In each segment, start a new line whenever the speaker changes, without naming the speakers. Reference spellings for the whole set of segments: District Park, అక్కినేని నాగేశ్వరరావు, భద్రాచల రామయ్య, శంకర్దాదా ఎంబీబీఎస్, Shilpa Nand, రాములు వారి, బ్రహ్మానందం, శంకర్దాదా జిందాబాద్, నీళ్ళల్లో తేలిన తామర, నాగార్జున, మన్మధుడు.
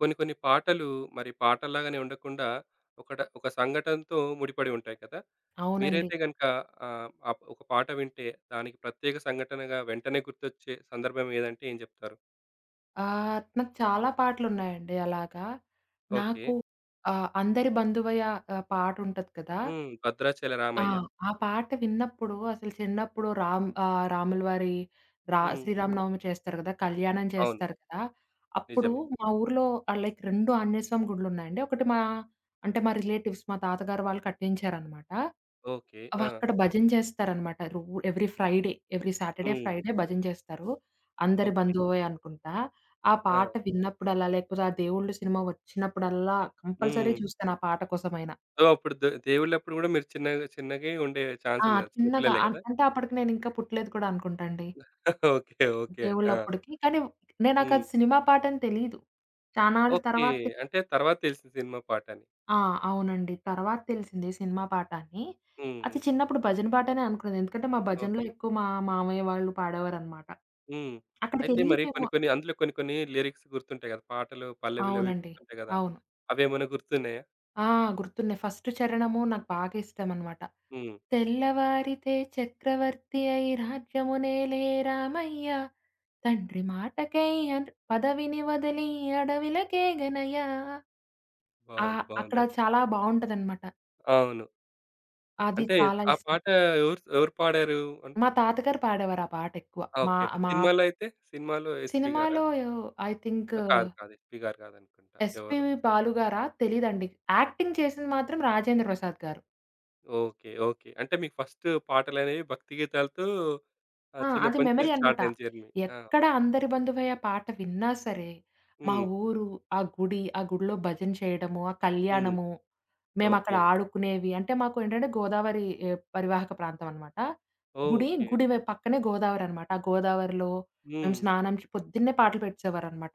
కొన్ని కొన్ని పాటలు మరి పాటల్లాగానే ఉండకుండా ఒక సంఘటనతో ముడిపడి ఉంటాయి కదా!
అవునండి.
మీరైతే గనుక ఆహ్, ఆప్ ఒక పాట వింటే దానికి ప్రత్యేక సంఘటనగా వెంటనే గుర్తొచ్చే సందర్భం ఏదంటే ఏం చెప్తారు?
నాకు చాలా పాటలున్నాయండి అలాగా.
ఓకే.
నాకు 'అందరి బంధువయ్య' పాటుంటది కదా!
హ్మ్. 'భద్రాచల
ఆ!
రామయ్య'.
ఆ పాట విన్నప్పుడు అసలు చిన్నప్పుడు రాముల వారి
హ్మ్.
శ్రీరామనవమి చేస్తారు గదా! కళ్యాణం
అవును.
చేస్తారు కదా! అప్పుడు
నిజమే.
మా ఊర్లో లైక్ 2 ఆంజనేయ స్వామి గుడులున్నాయండి. ఒకటి మా అంటే మా రిలేటివ్స్ మా తాతగారు వాళ్ళు కట్టించారనమాట.
ఓకే.
అవి
ఆ!
అక్కడ భజన చేస్తారనమాట. ఎవ్రీ ఫ్రైడే,
హ్మ్.
ఫ్రైడే భజన చేస్తారు. అందరి
ఓకే.
బంధువే అనుకుంటా. ఆ
ఆ!
పాట విన్నప్పుడల్లా, లేకపోతే ఆ దేవుళ్ళు సినిమా వచ్చినప్పుడల్లా కంపల్సరీ
హ్మ్.
చూస్తాను ఆ పాట కోసమైనా.
సో, అప్పుడు దేవుళ్ళప్పుడు గూడా మీరు చిన్నగే ఉండే ఛాన్స్
ఆ!
ఉంది కదా! చిన్న
చిన్నగా
పిల్లలే
అన్
కదా!
అంటే అప్పటికి నేనింకా పుట్టలేదు కూడా అనుకుంటా అండి.
ఓకే. ఓకే అండి. ఆ!
దేవుళ్ళప్పటికి. కానీ
హ్మ్.
నాకది సినిమా పాటని తెలీదు. చానాళ్ళు
ఓకే.
తర్వాత
అంటే తర్వాత తెలిసింది సినిమా పాటని.
ఆ! అవునండి. తర్వాత తెలిసింది సినిమా పాట అని.
హ్మ్.
అది
హ్మ్.
చిన్నప్పుడు భజన పాటనే అనుకునేది. ఎందుకంటే మా భజనలో
ఓకే.
ఎక్కువ మా మామయ్య వాళ్ళు పాడేవారనమాట.
హ్మ్. అయితే
అక్కడికెళ్ళి
మరి
మేము
కొన్ని కొన్ని అందులో కొన్ని కొన్ని లిరిక్స్ గుర్తుంటాయి కదా! పాటలు, పల్లవిలవి
అవునండి.
గుర్తుంటాయి కదా!
అవును.
అవేమైనా గుర్తున్నాయా?
ఆ! గుర్తున్నాయి. ఫస్ట్ చరణము నాకు బాగా ఇష్టమనమాట.
హ్మ్.
తెల్లవారితే చక్రవర్తి అయి రాజ్యమునేలే రామయ్య తండ్రి మాటకై పదవిని వదిలి అడవిలకే గనయ్య. ఆ
బాగుంది.
అక్కడ
బాగుందండి.
చాలా బాగుంటదన్నమాట.
అవును.
అది
అంటే
చాలా
ఆ
ఇష్టం.
పాట ఎవరు ఎవరు పాడారు? అన్
మా తాతగారు పాడేవారు ఆ పాట ఎక్కువ.
ఆ!
మా
ఓకే. ఓకే.
మా
సినిమాలో అయితే? సినిమాలో ఎస్‌పీ గారా?
సినిమాలో ఐ థింక్
ఆ! కాదు. కాదు. ఎస్‌పీ గారు కాదనుకుంటా.
ఎస్పి
ఎవరో సంథింగ్.
బాలుగారా తెలీదండి. యాక్టింగ్ చేసింది మాత్రం రాజేంద్ర ప్రసాద్ గారు.
ఓకే. ఓకే. అంటే మీకు ఫస్ట్ పాటలనేవి భక్తి గీతాలతో
ఆ! అది
చిన్నప్పటి నుంచి
మెమరీ
స్టార్ట్
అన్నమాట.
అయింది జర్నీ. ఆ!
ఎక్కడ 'అందరి బంధువయ్య' పాట విన్నా సరే, మా
హ్మ్.
ఊరు, ఆ గుడి, ఆ గుడిలో భజన చేయడము, ఆ
హ్మ్.
కళ్యాణము, మేమక్కడ
ఓకే.
ఆడుకునేవి. అంటే మాకు ఏంటంటే గోదావరి ఏ పరివాహక ప్రాంతం అన్నమాట. గుడి,
ఓకే.
గుడి వై పక్కనే గోదావరి అన్నమాట. ఆ గోదావరిలో మేము
హ్మ్.
స్నానం చే పొద్దున్నే పాటలు పెట్టేసేవారన్నమాట.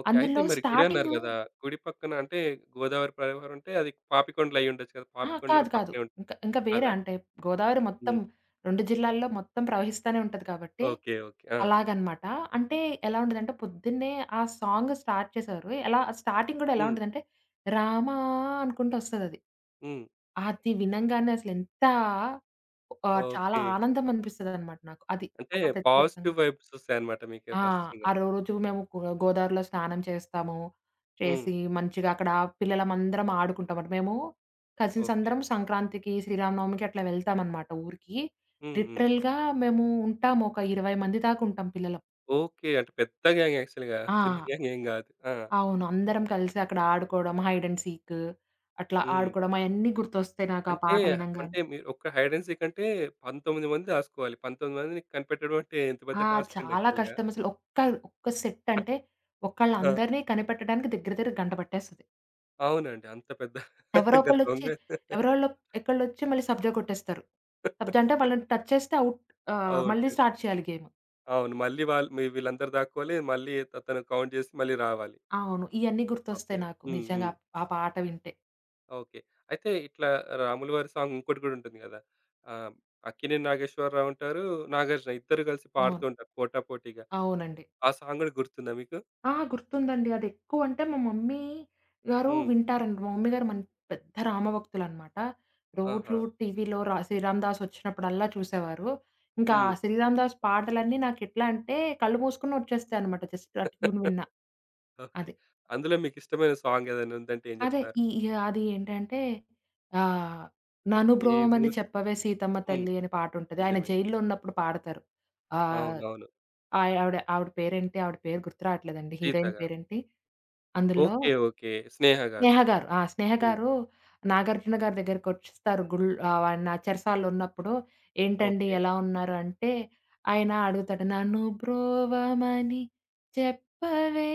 ఓకే. అయితే
అందులో
మరి గుడి అన్నారు
స్టార్టింగు
గదా! గుడి పక్కన అంటే గోదావరి ప్రవాహం అంటే అది పాపికొండలు అయ్యుండొచ్చు కదా!
అహా!
పాపికొండలు
కాదు.
కూడా
కాదు.
పక్కనే ఉంటుంది
ఇంకా ఇంకా వేరే
కదా!
అంటే గోదావరి మొత్తం
హ్మ్.
2 జిల్లాల్లో మొత్తం ప్రవహిస్తానే ఉంటది కాబట్టి,
ఓకే. ఓకే. ఆ!
అలాగనమాట. అంటే ఎలా ఉంటదంటే పొద్దున్నే ఆ సాంగ్ స్టార్ట్ చేశారు. ఎలా స్టార్టింగ్ గూడా ఎలా
హ్మ్.
ఉంటదంటే రామా అనుకుంటూ ఒస్తదది.
హ్మ్.
అది వినంగానే అసలెంత చాలా
ఓకే.
ఆనందం అనిపిస్తదనమాట నాకు. అది
అంటే
ఒక ప్రత్యేక
పాజిటివ్
సంగతి.
వైబ్స్ ఒస్తాయన్నమాట మీకు
ఆ!
ఫస్ట్ ఇంగ.
ఆ రోజు మేము గోదావరిలో స్నానం చేస్తాము.
హ్మ్.
చేసి మంచిగా అక్కడ పిల్లలమందరం ఆడుకుంటాం. అంటే మేము కజిన్స్
ఓకే.
అందరం సంక్రాంతికి, శ్రీరామనవమికి అట్లా వెళ్తామనమాట ఊరికి.
హ్మ్. హ్మ్.
లిటరల్‌గా మేము ఉంటాము. ఒక 20 మంది దాకా ఉంటాం పిల్లలం.
ఓకే. అంటే పెద్ద గ్యాంగ్ యాక్చువల్‌గా. చిన్న
ఆ!
గ్యాంగ్ ఏం గాదు. ఆ!
అవును. అందరం కలిసి అక్కడ ఆడుకోవడం, హైడ్ అండ్ సీక్ అట్లా
హ్మ్.
ఆడుకోవడం అయన్నీ గుర్తొస్తాయి నాకు ఆ
అంటే,
పాట వినంగానే.
అంటే మీరు ఒక్క హైడ్ అండ్ సీక్ అంటే 19 మంది దాసుకోవాలి. 19 మందిని కనిపెట్టడం అంటే ఎంత పెద్ద
ఆ!
టాస్క్ అండి
చాలా
యాక్చువల్‌గా.
కష్టం అసలు. ఒక్క ఒక్క సెట్ అంటే
ఆ!
ఒకళ్ళందరిని కనిపెట్టడానికి దగ్గర దగ్గర గంట పట్టేస్తది.
అవునండి. అంత పెద్ద
ఎవరో
ఇంక దొంగ
ఒకళ్ళొచ్చి ఎవరోళ్ళో ఒకళ్ళొచ్చి మళ్ళీ సబ్జా కొట్టేస్తారు. సబ్జా అంటే వాళ్ళని టచ్ చేస్తే ఔట్. మళ్ళీ
అవును.
స్టార్ట్ చేయాలి గేమ్.
అవును. మళ్ళీ వాళ్ళు వీళ్ళందరూ దాక్కోవాలి. మళ్ళీ అతను కౌంట్ చేసి మళ్ళీ రావాలి.
అవును. ఇయన్నీ
ఓకే.
గుర్తొస్తాయి నాకు
హ్మ్.
నిజంగా
హ్మ్.
ఆ ఆ పాట వింటే.
ఓకే. అయితే ఇట్లా 'రాములు వారి' సాంగ్ ఇంకోటి గూడా ఉంటుంది గదా! ఆహ్, 'అక్కినేని నాగేశ్వరరావు' ఉంటారు. 'నాగార్జున' ఇద్దరు కలిసి పాడుతూ
అవును.
ఉంటారు పోటాపోటీగా.
అవునండి.
ఆ సాంగ్ గూడా గుర్తుందా మీకు?
ఆ! గుర్తుందండి. అదెక్కువంటే మా మమ్మీ గారు
హ్మ్.
వింటారండి. మా మమ్మీ గారు పెద్ద రామభక్తులనమాట. రోజు
ఆహా!
టీవీలో 'శ్రీరామ్ దాస్' వచ్చినప్పుడల్లా చూసేవారు. ఇంకా ఆ
హ్మ్.
'శ్రీరామ్ దాస్' పాటలన్నీ నాకెట్లా అంటే కళ్ళు మూసుకున్న వచ్చేస్తాయనమాట జస్ట్ ఆ ట్యూన్ విన్నా.
ఓకే.
అది.
అందులో మీకిష్టమైన సాంగ్ ఏదైనా ఉందంటే ఏం
అదే.
జెప్తారు?
ఈ ఇగ అది ఏంటంటే ఆహ్, 'నను
ఏమో.
బ్రోవమని చెప్పవే సీతమ్మ
హ్మ్.
తల్లి' అని పాటుంటది. ఆయన
నిజమే.
జైల్‌లో ఉన్నప్పుడు పాడతారు. ఆహ్,
అవునవును.
ఆయ ఆవిడ ఆవిడ పేరేంటి? ఆవిడ పేరు గుర్తు రావట్లేదండి.
'సీత'
హీరోయిన్
గారు.
పేరేంటి? అందులో
ఓకే. ఓకే. 'స్నేహ' గారు.
స్నేహ గారు. ఆ! స్నేహ
హ్మ్.
గారు నాగార్జున గారి దగ్గరికొచ్చేస్తారు. ఆయన చెరసాలలో ఉన్నప్పుడు ఏంటండి
ఓకే.
ఎలా ఉన్నారు? అంటే ఆయన అడుగుతాడు. 'నను బ్రోవమని చెప్పవే.'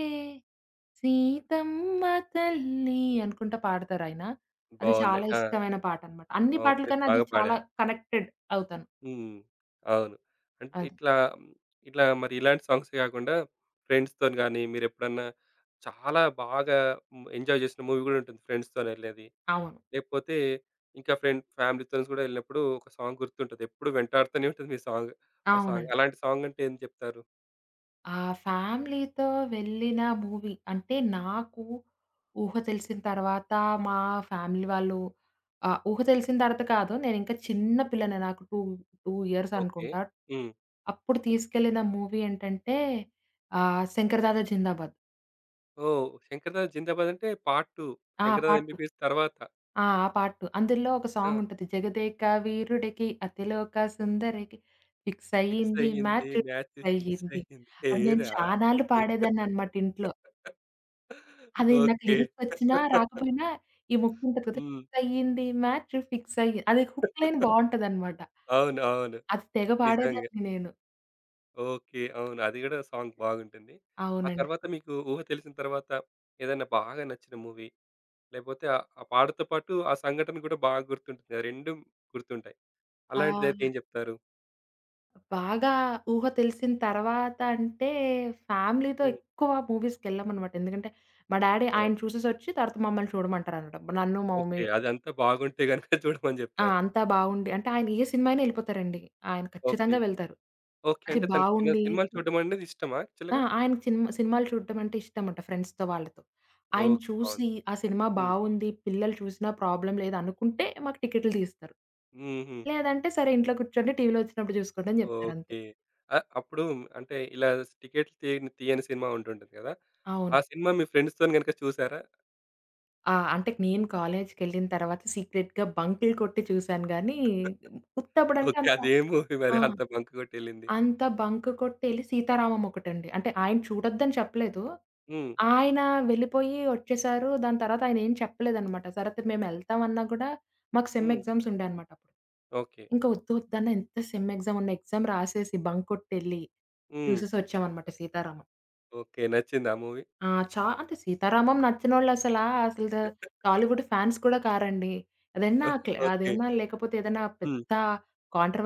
సీతమ్మ తల్లి అనుకుంట పాడతారాయన. అది చాలా
బావుందండి. ఆ!
ఇష్టమైన పాటనమాట. అన్ని
ఆ!
పాటల
మీరు
కన్నా అది
బాగా
చాలా
పాడారు.
కనెక్టెడ్ అవుతాను.
హ్మ్. అవును. అంటే
అది.
ఇట్లా, మ్, ఇట్లా మరి ఇలాంటి సాంగ్సే గాకుండా ఫ్రెండ్స్‌తోని గాని మీరెప్పుడన్నా చాలా బాగా ఎంజాయ్ జేసిన మూవీ గూడా ఉంటుంది ఫ్రెండ్స్‌తోనెళ్ళేది.
అవును.
లేకపోతే ఇంకా ఫ్రెండ్ ఫ్యామిలీతోని గూడా ఎళ్ళినప్పుడు ఒక సాంగ్ గుర్తుంటది. ఎప్పుడు వెంటాడుతూనే ఉంటుంది మీ సాంగ్. ఆ సాంగ్
అవునండి.
అలాంటి సాంగ్ అంటే ఏం చెప్తారు?
ఆ ఫ్యామిలీతో వెళ్ళిన మూవీ అంటే నాకు ఊహ తెలిసిన తర్వాత మా ఫ్యామిలీ వాళ్ళు ఊహ తెలిసిన తర్వాత కాదు. నేనింకా చిన్న పిల్లనే నాకు 2, 2 ఇయర్స్
ఓకే.
అనుకుంటా.
హ్మ్.
అప్పుడు తీసుకెళ్ళిన మూవీ ఏంటంటే 'శంకర్ దాదా జిందాబాద్.'
ఓహ్! 'శంకర్దాదా జిందాబాద్' అంటే పార్ట్ 2
ఆ!
శంకర్దాదా
పార్ట్ 2.
ఎంబీబీఎస్ తర్వాత.
ఆ! ఆ పార్ట్ 2. అందులో ఒక
ఆ!
సాంగుంటది. 'జగదేక వీరుడికి అతిలోక సుందరికి ఫిక్స్
ఫిక్స్
అయ్యింది
అయింది
మ్యాచ్
మ్యాచ్
ఫిక్స్
ఫిక్స్
అయ్యింది.'
అయింది
అది నేను
ఏరా.
చానాళ్ళు పాడేదాన్ననమాట ఇంట్లో. అది నాకు
ఓకే.
లిరిక్స్ వచ్చినా రాకపోయినా ఈ ముక్కుంటది కదా!
హ్మ్.
ఫిక్స్ అయ్యింది మ్యాచ్ ఫిక్స్ అయ్యి అది హుక్ లైన్ బావుంటదనమాట.
అవును. అవును.
అది తెగ
నిజంగా.
పాడేదాన్ని నేను.
ఓకే. అవును. అది గూడా సాంగ్ బాగుంటుంది. ఆ
అవునండి.
తర్వాత మీకు ఊహ తెలిసిన తర్వాత ఏదైనా బాగా నచ్చిన మూవీ లేకపోతే ఆ ఆ పాటతో పాటు ఆ సంఘటన కూడా బాగా గుర్తుంటుంది. ఆ 2 గుర్తుంటాయి.
ఆ!
అలాంటిదైతే ఏం జెప్తారు?
బాగా ఊహ తెలిసిన తర్వాత అంటే ఫ్యామిలీతో
హ్మ్.
ఎక్కువ మూవీస్‌కెళ్ళామనమాట. ఎందుకంటే మా డ్యాడీ
ఆ!
ఆయన చూసేసొచ్చి తర్వాత మమ్మల్ని చూడమంటారనమాట. నన్ను మా మమ్మీ
ఓకే. అదంతా బాగుంటే గనుక చూడమని
ఆ!
జెప్తారు.
అంతా బావుండి అంటే ఆయన ఏ సినిమా అయినా ఎళ్ళిపోతారండి. ఆయన
ఓకే.
ఖచ్చితంగా వెళ్తారు.
ఓకే.
అది
అంటే తనకి చిన్న
బావుండి
సినిమాలు చూడడం అనేది ఇష్టమా
ఆ!
యాక్చువల్‌గా?
ఆయనకి సినిమాలు చూడడం అంటే ఇష్టమంట ఫ్రెండ్స్‌తో వాళ్ళతో. ఆయన
ఓకే. బావుంది.
చూసి ఆ సినిమా
హ్మ్.
బావుంది, పిల్లలు చూసినా ప్రాబ్లమ్ లేదనుకుంటే మాకు టికెట్లు తీస్తారు.
హుహు.
లేదంటే సరే ఇంట్లో కూర్చోండి టీవీలో వచ్చినప్పుడు చూసుకోండి అని జెప్తారంతే.
ఓకే. అప్పుడు అంటే ఇలా టికెట్లు తీయని తీయని సినిమా ఉంటుంటది కదా! ఆ
అవును.
సినిమా మీ ఫ్రెండ్స్‌తోని గనుక చూసారా?
ఆ! అంటే నేను కాలేజ్‌కెళ్ళిన తర్వాత సీక్రెట్‌గా బంకులు కొట్టి చూసాను గానీ, ఉత్తప్పుడంటే
ఓకే.
అంత
అదే మూవీ మరి
ఆ!
అంత బంక్ కొట్టెళ్ళింది?
అంత బంక్ కొట్టెళ్ళి 'సీతారామం' ఒకటండి. అంటే ఆయన చూడొద్దని చెప్పలేదు.
హ్మ్.
ఆయన వెళ్ళిపోయి వచ్చేసారు. దాని తర్వాత ఆయనేం చెప్పలేదనమాట. తర్వాత మేమెళ్తాం అన్నా గూడా మాకు సెమ్
హ్మ్.
ఎగ్జామ్స్ ఉండాయనమాట అప్పుడు.
ఓకే.
ఇంక వద్దు వద్దన్న ఎంత సెమ్ ఎగ్జామ్ ఉన్న ఎగ్జామ్ రాసేసి బంక్ కొట్టెళ్ళి
హ్మ్.
చూసేసొచ్చామనమాట 'సీతారామం.'
ఓకే. నచ్చిందా ఆ మూవీ?
ఆ! అంటే 'సీతారామం' నచ్చినోళ్ళసలా అసలు ద టాలీవుడ్ ఫ్యాన్స్ కూడా కారండి.
ఓకే.
అదైనా లేకపోతే ఏదైనా
హ్మ్.
పెద్ద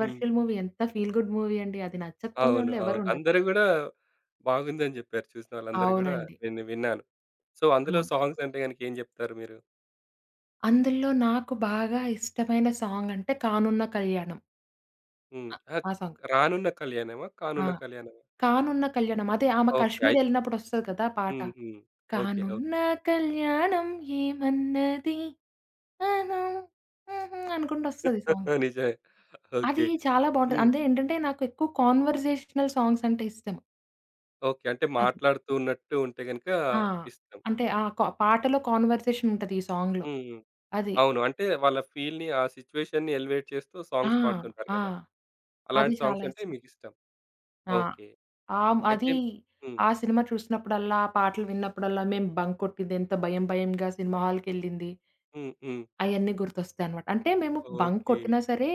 హ్మ్.
మూవీ ఎంత ఫీల్ గుడ్ మూవీ అండి. అది
అవును.
నచ్చకపోయినోళ్ళు
అవును.
ఎవరుండరు.
అందరూ గూడా బాగుందని జెప్పారు. చూసిన వాళ్ళందరూ గూడా
అవునండి.
నేను విన్నాను. సో, అందులో
అవును.
సాంగ్స్ అంటే గనుక ఏం జెప్తారు మీరు?
అందులో నాకు బాగా ఇష్టమైన సాంగ్ అంటే 'కానున్న కళ్యాణం.'
హ్మ్.
అ
ఆహ్, క్
ఆ సాంగ్.
రానున్న కళ్యాణమా?
ఆ!
కానున్న కళ్యాణమా?
'కానున్న కళ్యాణం.' అదే ఆమె
ఓకే. అయి.
కాశ్మీర్ ఎళ్ళినప్పుడొస్తది కదా! పాట.
హ్మ్. హ్మ్. ఓకే.
కానున్న
ఓకే.
కళ్యాణం ఏమన్నది అను హుహు అనుకుంటొస్తది సాంగ్.
నిజమే.
అది
ఓకే.
చాలా బావుంటది.
హ్మ్.
అంటే ఏంటంటే నాకు ఎక్కువ కాన్వర్జేషనల్ సాంగ్స్ అంటే ఇష్టం.
ఓకే. అంటే
అది.
మాట్లాడుతూ ఉన్నట్టు ఉంటే గనుక
ఆ!
ఇష్టం.
అంటే ఆ పాటలో కాన్వర్జేషన్ ఉంటది ఈ సాంగ్‌లో.
హ్మ్.
అది.
అవును. అంటే వాళ్ళ ఫీల్‌ని, ఆ సిట్యుయేషన్‌ని ఎలివేట్ చేస్తూ
ఆ!
సాంగ్స్ పాడుతుంటారు
ఆ!
కదా!
అది
అలాంటి
చాలా
సాంగ్స్ అంటే
ఇష్టం.
మీకిష్టం.
ఆ!
ఓకే. అయితే.
అది
హ్మ్.
ఆ సినిమా చూసినప్పుడల్లా, ఆ పాటలు విన్నప్పుడల్లా మేము బంక్ కొట్టింది, ఎంత భయం భయంగా సినిమా హాల్‌కెళ్ళింది
హ్మ్. హ్మ్.
అయన్నీ గుర్తొస్తాయన్నమాట. అంటే మేము బంక్
ఓకే.
కొట్టినా సరే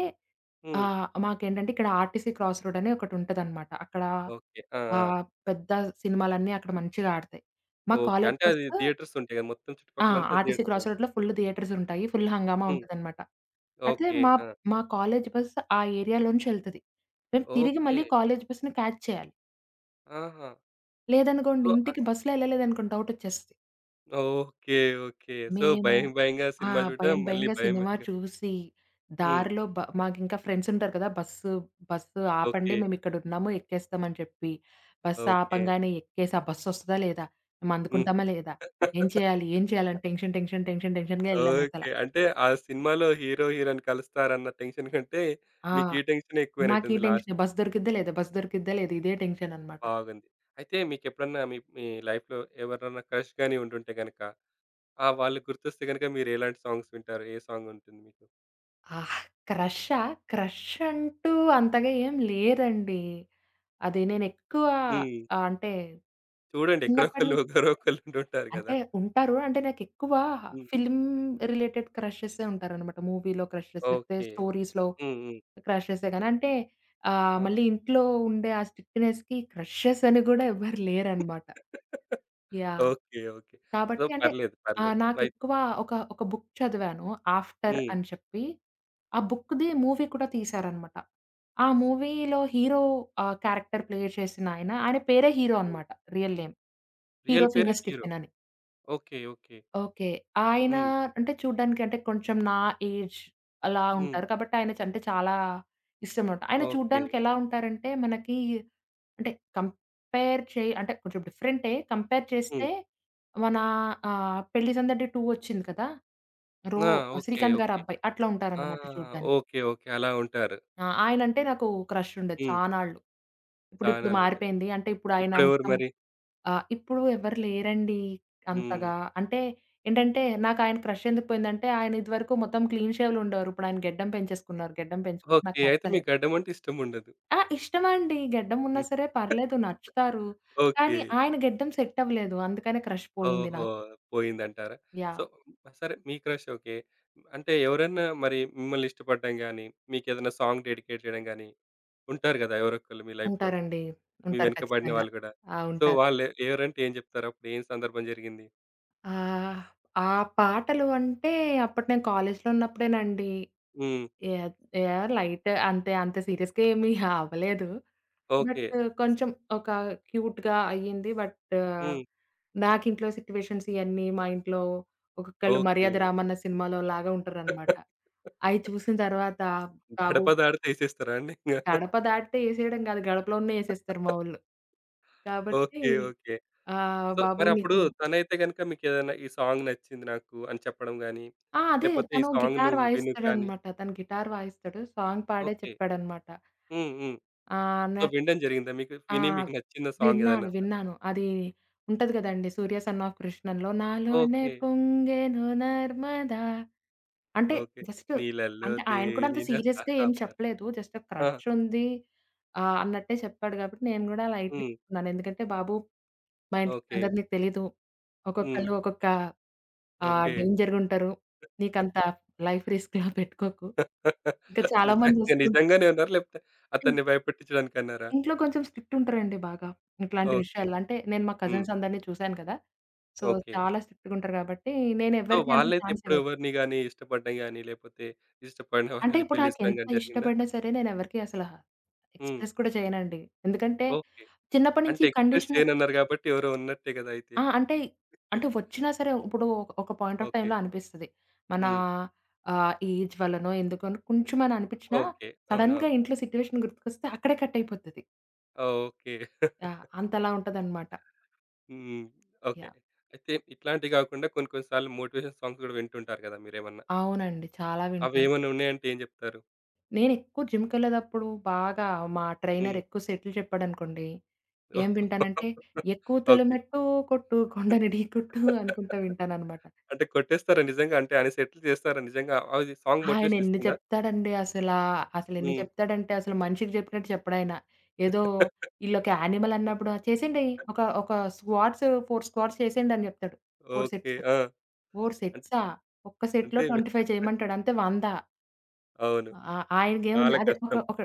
హ్మ్.
మాకేంటంటే ఇక్కడ ఆర్టీసీ క్రాస్ రోడ్ అని ఒకటుంటదన్నమాట. అక్కడ
ఓకే. ఆ! ఆ!
ఆహ్, పెద్ద సినిమాలన్నీ అక్కడ మంచిగా ఆడతాయి. మా
ఓకే.
కాలేజ్
అంటే అది
బస్సు
థియేటర్స్ ఉంటాయి కదా! మొత్తం
ఆ!
చుట్టుపక్కలంతా
ఆర్టీసీ
థియేటర్సే
క్రాస్
ఉంటాయి.
రోడ్‌లో ఫుల్ థియేటర్స్ ఉంటాయి. ఫుల్ హంగామా
హ్మ్.
ఉంటదనమాట. అయితే
ఓకే.
మా
ఆ!
మా కాలేజ్ బస్ ఆ ఏరియాలోంచి ఎళ్తది. మేము తిరిగి
ఓకే.
మళ్ళీ కాలేజ్ బస్‌ని క్యాచ్ చేయాలి.
ఆహా!
లేదనుకోండి
సో,
ఇంటికి
అస్
బస్‌లో ఎళ్ళలేదనుకోండి డౌటొచ్చేస్తది.
ఓకే. ఓకే. సో,
మేము
భయం భయంగా
ఆ!
సినిమా చూడడం,
భయం
మళ్ళీ
భయంగా
భయం
సినిమా
భయంగా.
చూసి,
హ్మ్.
దారిలో మాకింకా ఫ్రెండ్స్ ఉంటారు కదా! బస్సు బస్సు ఆపండి
ఓకే.
మేమిక్కడున్నాము ఎక్కేస్తామని చెప్పి, బస్సు
ఓకే.
ఆపంగానే ఎక్కేసి ఆ బస్సొస్తదా లేదా? మేము
హ్మ్.
అందుకుంటామా లేదా? ఏం చేయాలి? ఏం చేయాలని టెన్షన్, టెన్షన్, టెన్షన్, టెన్షన్‌గా ఎళ్ళామసల.
ఓకే. అంటే ఆ సినిమాలో హీరో, హీరోయిన్ కలుస్తారన్న టెన్షన్ కంటే,
ఆ!
మీకు ఈ టెన్షనే
మాకీ
ఎక్కువైనట్టుంది
టెన్షనే
లాస్ట్‌కి.
బస్ దొరికిద్దా లేదా? బస్ దొరికిద్దా లేదా? ఇదే టెన్షననమాట.
బాగుంది. అయితే మీకెప్పుడన్నా మీ మీ లైఫ్‌లో ఎవరైనా క్రష్ గాని ఉండుంటే గనక, ఆ వాళ్ళు గుర్తొస్తే గనక మీరు ఎలాంటి సాంగ్స్ వింటారు? ఏ సాంగ్ ఉంటుంది మీకు?
ఆహ్, క్రషా? క్రష్ అంటూ అంతగా ఏం లేదండి. అది నేనెక్కువ
హ్మ్.
అంటే
చూడండి ఎక్కడో
చిన్నప్పటి
ఒకళ్ళు,
నుంచి
ఒకరో ఒకళ్ళు ఉండుంటారు
అంటే
గదా!
ఉంటారు. అంటే నాకెక్కువ
హ్మ్.
ఫిల్మ్ రిలేటెడ్ క్రషెసే ఉంటారనమాట. మూవీలో క్రషెస్, లేకపోతే
ఓకే.
స్టోరీస్‌లో
హ్మ్. హ్మ్.
క్రషెసే గానీ, అంటే
ఆ!
మళ్ళీ ఇంట్లో ఉండే ఆ స్ట్రిక్ట్‌నెస్‌కి క్రషెస్ అని గూడా ఎవ్వరు లేరనమాట. యాహ్!
ఓకే. ఓకే. సో,
కాబట్టి అంటే
పర్లేదు. పర్లేదు. రైట్.
నాకెక్కువ ఒక బుక్ చదివాను 'ఆఫ్టర్'
హ్మ్.
అని చెప్పి. ఆ బుక్‌ది మూవీ కూడా తీశారనమాట. ఆ
సో.
మూవీలో హీరో క్యారెక్టర్ ప్లే చేసిన ఆయన, ఆయన పేరే హీరో
హ్మ్.
అనమాట. Real name. హీరో
రియల్ పేరే
ఫీనస్
హీరో.
స్టిఫెన్ అని.
ఓకే. ఓకే.
ఓకే. ఆయన
హ్మ్.
అంటే చూడ్డానికి అంటే కొంచెం నా ఏజ్ అలా
హ్మ్.
ఉంటారు. కాబట్టి ఆయన చ అంటే చాలా ఇష్టమనమాట. ఆయన
ఓకే.
చూడ్డానికి ఎలా ఉంటారంటే మనకి అంటే కంపేర్ చేయి అంటే కొంచెం డిఫరెంటే. కంపేర్ చేస్తే
హ్మ్.
మన 'పెళ్లి సందడి 2' వచ్చింది కదా! రో
ఆ! ఓకే.
'శ్రీకాంత్' గారి
ఓకే.
అబ్బాయి అట్లా
ఆ!
ఉంటారనమాట చూడ్డానికి.
ఓకే. ఓకే. అలా ఉంటారు.
ఆ! ఆయనంటే నాకు క్రష్ ఉండేది
హ్మ్.
చానాళ్లు. ఇప్పుడిప్పుడు
చానలుండదు.
మారిపోయింది. అంటే ఇప్పుడు ఆయన
ఇప్పుడెవరు
మొత్తం
మరి?
ఆ! ఇప్పుడు ఎవరు లేరండి
హ్మ్.
అంతగా. అంటే ఏంటంటే, నాకాయన క్రష్ ఎందుకు పోయిందంటే, ఆయన ఇదివరకు మొత్తం క్లీన్ షేవ్‌లుండేవారు. ఇప్పుడాయన గెడ్డం పెంచేసుకున్నారు. గెడ్డం పెంచుకుంటే నాకు
ఓకే. అయితే
నచ్చలేదు.
మీకు గడ్డమంటే ఇష్టముండదు.
ఆ! ఇష్టమండి. గెడ్డం ఉన్నా
హ్మ్.
సరే పర్లేదు నచ్చుతారు.
ఓకే.
కానీ ఆయన గెడ్డం సెట్ అవ్వలేదు. అందుకనే క్రష్ పోయింది
ఓహో!
నాకు.
పోయిందంటారా? So,
yeah!
సరే మీ క్రష్ ఓకే. అంటే ఎవరైనా మరి మిమ్మల్ని ఇష్టపడడం గాని, మీకేదైనా సాంగ్ డెడికేట్ చేయడం గాని ఉంటారు గదా! ఎవరొకళ్ళు మీ లైఫ్‌లో.
ఉంటారండి.
మీ
ఉంటారు
వెనక పడిన
ఖచ్చితంగా.
వాళ్ళు గూడా.
ఆ!
సో,
ఉంటారు.
వాళ్ళు ఎవరంటే ఏం జెప్తారు? అప్పుడు ఏం సందర్భం జరిగింది?
ఆహ్, ఆ పాటలు అంటే అప్పుడు నేను కాలేజీలో ఉన్నప్పుడేనండి.
హ్మ్.
యాహ్! యాహ్! లైట్ అంతే అంత సీరియస్‌గా ఏమి అవ్వలేదు.
ఓకే.
బట్ కొంచెం ఒక క్యూట్‌గా అయ్యింది. బట్
హ్మ్.
నాకింట్లో సిట్యుయేషన్స్ ఇయన్నీ మా ఇంట్లో ఒక్కొక్కళ్ళు
ఓకే.
'మర్యాద రామన్న' సినిమాలో లాగా ఉంటారనమాట. అయి చూసిన తర్వాత బాబు
గడప దాటితే ఏసేస్తారా అండి ఇంగా?
గడప దాటితే ఏసేయడం కాదు. గడపలోనే ఏసేస్తారు మా వోళ్ళు. కాబట్టి
ఓకే. ఓకే. సో,
బాబు
మరప్పుడు
నీకు
తనైతే గనుక మీకేదైనా ఈ సాంగ్ నచ్చింది నాకు అని చెప్పడం గాని,
ఆ! అదే
లేపోతే ఈ
తను
సాంగ్
గిటార్
నువ్వు విను కానీ.
వాయిస్తాడనమాట. తను గిటార్ వాయిస్తాడు. సాంగ్ పాడే
ఓకే.
చెప్పాడనమాట.
హ్మ్. హ్మ్. సో,
నాకు
వినడం జరిగిందా మీకు?
ఆ!
విని మీకు నచ్చిన సాంగ్ ఏదైనా
విన్నాను.
ఉందా?
విన్నాను. అది ఉంటది కదండీ 'సూర్య సన్ ఆఫ్ కృష్ణన్‌లో' నాలోనే
ఓకే.
పొంగెను నర్మదా అంటే
ఓకే.
జస్ట్
నీళ్ళల్లో
అంటే ఆయన కూడా అంత
తేలిన
సీరియస్‌గా ఏం
తామర.
చెప్పలేదు. జస్ట్ ఒక
ఆ!
క్రష్ ఉంది అన్నట్టే చెప్పాడు కాబట్టి నేను కూడా లైట్
హ్మ్.
తీసుకున్నాను. ఎందుకంటే బాబు మా ఇంట్లో
ఓకే.
సంగతి నీకు తెలీదు.
హ్మ్.
ఒక్కొక్కళ్ళు ఒక్కొక్క
ఓకే.
డేంజర్‌గా ఉంటారు. నీకంత లైఫ్ రిస్క్‌లా పెట్టుకోకు. ఇంకా చాలా మంది
నిజంగా
వస్తూ ఉంటారు.
నిజంగానే అన్నారా? లేపోతే అతన్ని భయపెట్టించడానికన్నారా?
ఇంట్లో కొంచెం స్ట్రిక్ట్ ఉంటారండి బాగా. ఇట్లాంటి
ఓకే.
విషయాల్లో. అంటే నేను మా
హ్మ్.
కజిన్స్ అందరిని చూసాను కదా! So,
okay.
చాలా స్ట్రిక్ట్‌గా ఉంటారు కాబట్టి
సో,
నేనెవ్వరికీ అంత
వాళ్ళైతే
ఛాన్స్
ఎప్పుడు
ఇవ్వను.
ఎవరిని గాని ఇష్టపడడం గాని, లేపోతే ఇష్టపడిన
అంటే
వాళ్ళని
ఇప్పుడు
పెళ్లి చేసుకోవడం
నాకెంత
గాని జరిగిందా?
ఇష్టపడినా సరే నేనెవరికీ అసల
హ్మ్.
ఎక్స్‌ప్రెస్ కూడా చేయనండి. ఎందుకంటే
ఓకే.
చిన్నప్పటి
అంటే
నుంచి ఈ
ఎక్స్‌ప్రెస్
కండిషన్
చేయనన్నారు గాబట్టి ఎవరో ఉన్నట్టే గదా! అయితే.
ఆ! అంటే, అంటే వచ్చినా సరే ఇప్పుడు ఒక ఒక పాయింట్ ఆఫ్
ఓకే.
టైమ్‌లో అనిపిస్తది. మన
హ్మ్.
ఏజ్ వల్లనో ఎందుకనో కొంచెమని అనిపించినా
ఓకే.
సడెన్‌గా
అవునవును.
ఇంట్లో సిట్యుయేషన్ గుర్తుకొస్తే అక్కడే కట్ అయిపోతది.
ఓకే.
యాహ్! అంతలా ఉంటదన్నమాట.
హ్మ్. ఓకే.
యాహ్!
అయితే ఇట్లాంటివి గాకుండా కొన్ని కొన్ని సార్లు మోటివేషన్ సాంగ్స్ గూడా వింటుంటారు గదా! మీరేమన్నా.
అవునండి. చాలా వింటాను.
అవేమన్నా ఉన్నాయంటే ఏం జెప్తారు?
నేనెక్కువ జిమ్‌కెళ్ళేదప్పుడు బాగా మా
హ్మ్.
ట్రైనర్ ఎక్కువ సెట్‌లు చెప్పాడనుకోండి, ఏం వింటానంటే, ఎక్కువ
ఓకే.
తొలిమెట్టు కొట్టు కొండని ఢీకొట్టు అనుకుంటా వింటాననమాట.
అంటే కొట్టేస్తారా నిజంగా? అంటే ఆయన సెటిల్ చేస్తారా నిజంగా? అది సాంగ్ మోటివేషన్
ఆయనెన్ని
ఇస్తుందా?
చెప్తాడండి అసలా, అసలెన్ని
హ్మ్.
చెప్తాడంటే అసలు మనిషికి చెప్పినట్టు చెప్పడాయన. ఏదో ఈళ్ళొక యానిమల్ అన్నప్పుడు చేసేయండి ఒక ఒక స్క్వాట్స్ 4 స్క్వాట్స్ చేసేయండి అని చెప్తాడు. 4
ఓకే.
సెట్స్.
ఆ!
4 సెట్సా? ఒక్క సెట్‌లో
అంటే
25 చేయమంటాడు. అంతే 100.
అవును.
ఆ! ఆయనకేముంది
చాలా
అదే ఒక
కష్టం.
ఒక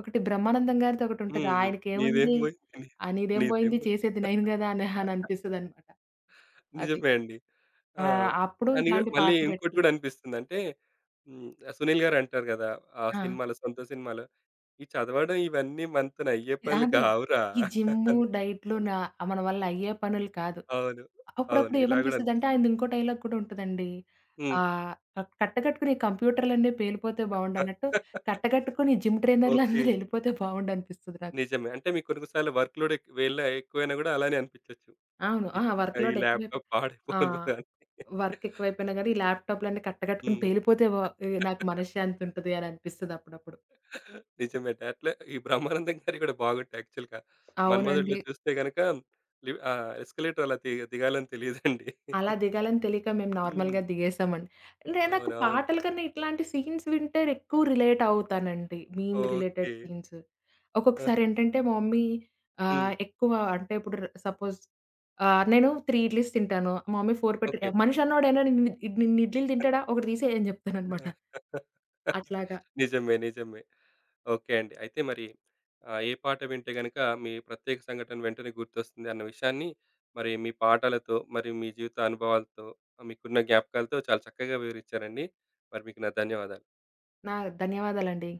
ఒకటి బ్రహ్మానందం గారిది ఒకటుంటది.
హ్మ్. నీదేం
ఆయనకేముంది,
పోయింది నీ
ఆ! నీదేం
నీదేం
పోయింది
పోయింది.
చేసేది నేను గదా! అని అని అనిపిస్తదనమాట. అది.
నిజమే అండి. ఆ!
అప్పుడు
అని కూడా-
ఇట్లాంటి
మళ్ళీ
పాటలు
ఇంకోటి కూడా
పెట్టుకుంటా.
అనిపిస్తుంది. అంటే హ్మ్. సునీల్ గారు అంటారు కదా! ఆ
ఆ!
సినిమాలో, సొంత సినిమాలో, "ఈ చదవడం ఇవన్నీ మనతోని అయ్యే పనులు
అదే.
కావురా"
ఈ జిమ్ము,
అని.
డైట్‌లు మన వల్ల అయ్యే పనులు కాదు.
అవును. అవును.
అప్పుడప్పుడు
ఇలా కూడా
ఏమనిపిస్తదంటే
అనిపిస్తుంది.
ఆయనది ఇంకో డైలాగ్ కూడా ఉంటదండి.
హ్మ్.
ఆహ్, కట్టకట్టుకుని ఈ కంప్యూటర్‌లన్నీ పేలిపోతే బావుండన్నట్టు, కట్టకట్టుకుని జిమ్
ఓకే.
ట్రైనర్‌లందరూ ఎళ్ళిపోతే బావుండనిపిస్తది నాకు.
నిజమే. అంటే మీకు కొన్ని కొన్ని సార్లు వర్క్ లోడ్ ఎక్ వేళ ఎక్కువైనా కూడా అలానే అనిపించొచ్చు.
అవును. ఆ! వర్క్
ఈ
లోడ్ ఎక్కువైపోయి
ల్యాప్‌టాప్
ఆ!
పాడైపోను అని.
వర్క్ ఎక్కువైపోయినా గానీ, ఈ ల్యాప్‌టాప్‌లన్నీ కట్టగట్టుకొని
హ్మ్.
పేలిపోతే వ ఎ నాకు మనశ్శాంతి ఉంటది అని అనిపిస్తది అప్పుడప్పుడు.
నిజమేట. అట్లే ఈ బ్రహ్మానందం గారియి గూడా బాగుంటాయి యాక్చువల్‌గా.
అవునండి.
'మన్మధుడులో' చూస్తే గనక లివ్ ఎస్కలేటర్ అలా దిగాలని తెలీదండి.
అలా దిగాలని తెలియక మేము
హ్మ్.
నార్మల్‌గా దిగేసామండి. అంటే నాకు
అవునవును.
పాటల కన్నా ఇట్లాంటి సీన్స్ వింటే ఎక్కువ రిలేట్ అవుతానండి. Meme related
okay.
సీన్స్.
ఆ!
ఒక్కొక్కసారి ఏంటంటే మా మమ్మీ
హ్మ్.
ఎక్కువ అంటే ఇప్పుడు సపోజ్ నేను 3 ఇడ్లీస్ తింటాను. మా మమ్మీ 4
ఓకే.
పెట్టి మనిషి అన్నోడు ఏమైనా నిన్ని ఇడ్లీలు
ఆ,
తింటాడా? ఒకటి తీసేయ్ అని చెప్తాననమాట. అట్లాగా.
నిజమే. నిజమే. ఓకే అండి. అయితే మరి ఏ పాట వింటే గనక మీ ప్రత్యేక సంఘటన వెంటనే గుర్తొస్తుంది అన్న విషయాన్ని మరి మీ పాటలతో, మరి మీ జీవిత అనుభవాలతో, మీకున్న జ్ఞాపకాలతో చాలా చక్కగా వివరించారండి. మరి మీకు నా ధన్యవాదాలు.
నా ధన్యవాదాలండి.